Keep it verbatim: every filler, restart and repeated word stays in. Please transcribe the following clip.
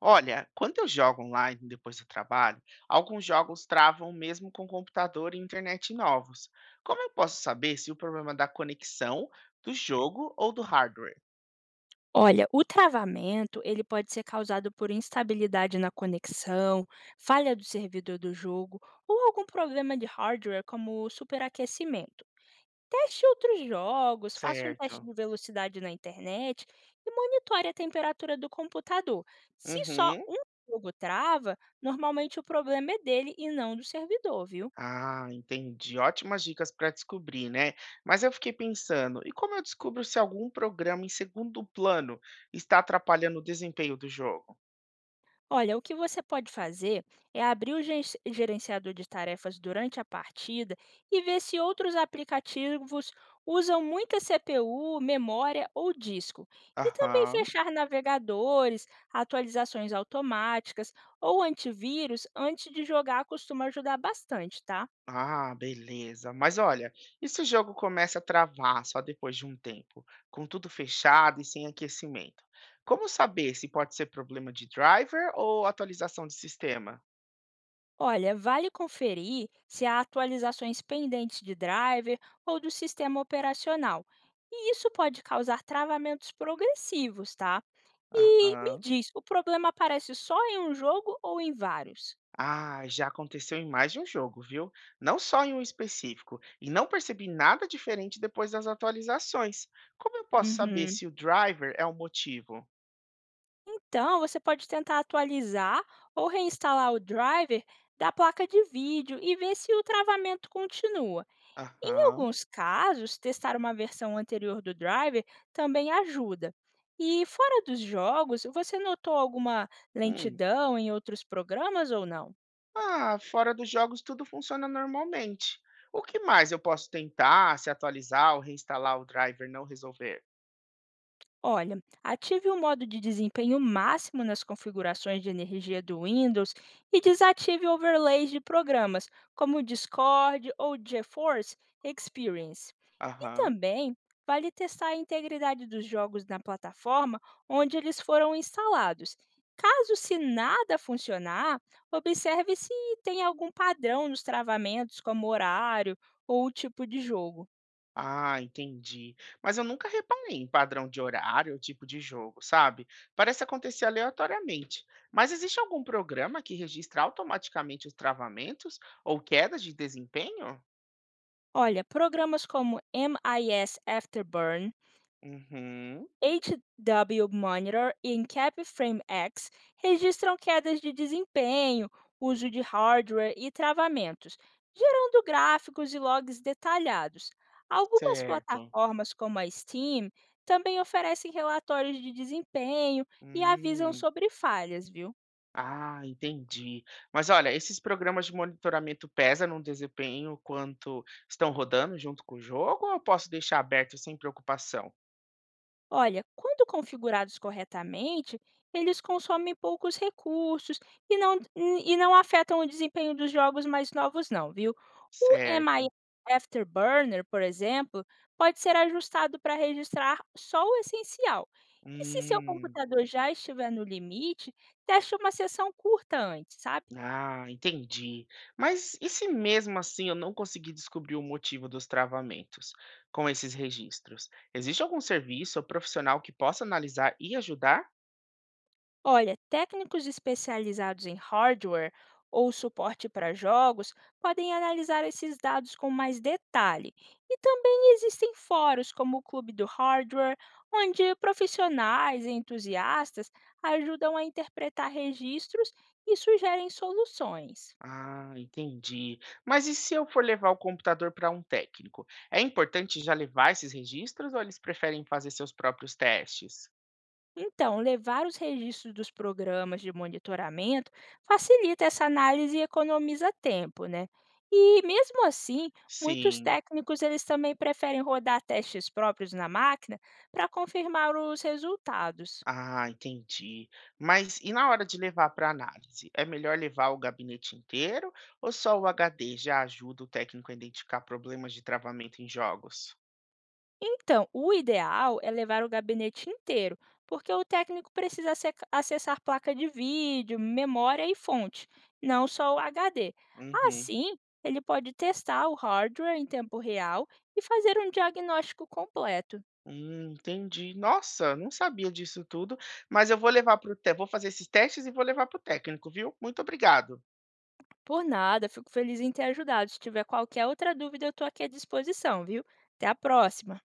Olha, quando eu jogo online depois do trabalho, alguns jogos travam mesmo com computador e internet novos. Como eu posso saber se o problema é da conexão, do jogo ou do hardware? Olha, o travamento, ele pode ser causado por instabilidade na conexão, falha do servidor do jogo ou algum problema de hardware como o superaquecimento. Teste outros jogos, faça um teste Certo. de velocidade na internet e monitore a temperatura do computador. Se só Uhum. um jogo trava, normalmente o problema é dele e não do servidor, viu? Ah, entendi. Ótimas dicas para descobrir, né? Mas eu fiquei pensando, e como eu descubro se algum programa em segundo plano está atrapalhando o desempenho do jogo? Olha, o que você pode fazer é abrir o gen- gerenciador de tarefas durante a partida e ver se outros aplicativos usam muita C P U, memória ou disco. E também Aham. fechar navegadores, atualizações automáticas ou antivírus antes de jogar costuma ajudar bastante, tá? Ah, beleza. Mas olha, e se o jogo começa a travar só depois de um tempo, com tudo fechado e sem aquecimento? Como saber se pode ser problema de driver ou atualização de sistema? Olha, vale conferir se há atualizações pendentes de driver ou do sistema operacional. E isso pode causar travamentos progressivos, tá? E me Aham. diz, o problema aparece só em um jogo ou em vários? Ah, já aconteceu em mais de um jogo, viu? Não só em um específico. E não percebi nada diferente depois das atualizações. Como eu posso saber Uhum. se o driver é o motivo? Então, você pode tentar atualizar ou reinstalar o driver da placa de vídeo e ver se o travamento continua. Em Aham. alguns casos, testar uma versão anterior do driver também ajuda. E fora dos jogos, você notou alguma Hum. lentidão em outros programas ou não? Ah, fora dos jogos tudo funciona normalmente. O que mais eu posso tentar, se atualizar ou reinstalar o driver não resolver? Olha, ative o modo de desempenho máximo nas configurações de energia do Windows e desative overlays de programas como o Discord ou o GeForce Experience. E Aham. também vale testar a integridade dos jogos na plataforma onde eles foram instalados. Caso se nada funcionar, observe se tem algum padrão nos travamentos, como horário ou o tipo de jogo. Ah, entendi. Mas eu nunca reparei em padrão de horário ou tipo de jogo, sabe? Parece acontecer aleatoriamente. Mas existe algum programa que registra automaticamente os travamentos ou quedas de desempenho? Olha, programas como M I S Afterburn, Uhum, H W Monitor e Encap Frame X registram quedas de desempenho, uso de hardware e travamentos, gerando gráficos e logs detalhados. Algumas certo. plataformas, como a Steam, também oferecem relatórios de desempenho e avisam Hum. sobre falhas, viu? Ah, entendi. Mas olha, esses programas de monitoramento pesam no desempenho quanto estão rodando junto com o jogo, ou eu posso deixar aberto sem preocupação? Olha, quando configurados corretamente, eles consomem poucos recursos e não, e não afetam o desempenho dos jogos mais novos, não, viu? O M I Certo. Afterburner, por exemplo, pode ser ajustado para registrar só o essencial. E se seu Hum, computador já estiver no limite, teste uma sessão curta antes, sabe? ah, entendi. Mas e se mesmo assim eu não conseguir descobrir o motivo dos travamentos com esses registros? Existe algum serviço ou profissional que possa analisar e ajudar? Olha, técnicos especializados em hardware ou suporte para jogos podem analisar esses dados com mais detalhe. E também existem fóruns como o Clube do Hardware, onde profissionais e entusiastas ajudam a interpretar registros e sugerem soluções. Ah, entendi. Mas e se eu for levar o computador para um técnico? É importante já levar esses registros ou eles preferem fazer seus próprios testes? Então, levar os registros dos programas de monitoramento facilita essa análise e economiza tempo, né? E mesmo assim, muitos Sim. técnicos eles também preferem rodar testes próprios na máquina para confirmar os resultados. Ah, entendi. Mas e na hora de levar para análise? É melhor levar o gabinete inteiro ou só o H D já ajuda o técnico a identificar problemas de travamento em jogos? Então, o ideal é levar o gabinete inteiro, porque o técnico precisa ace- acessar placa de vídeo, memória e fonte, não só o H D. Uhum. Assim, ele pode testar o hardware em tempo real e fazer um diagnóstico completo. Hum, entendi. Nossa, não sabia disso tudo, mas eu vou levar para o, te, vou fazer esses testes e vou levar para o técnico, viu? Muito obrigado. Por nada, fico feliz em ter ajudado. Se tiver qualquer outra dúvida, eu estou aqui à disposição, viu? Até a próxima!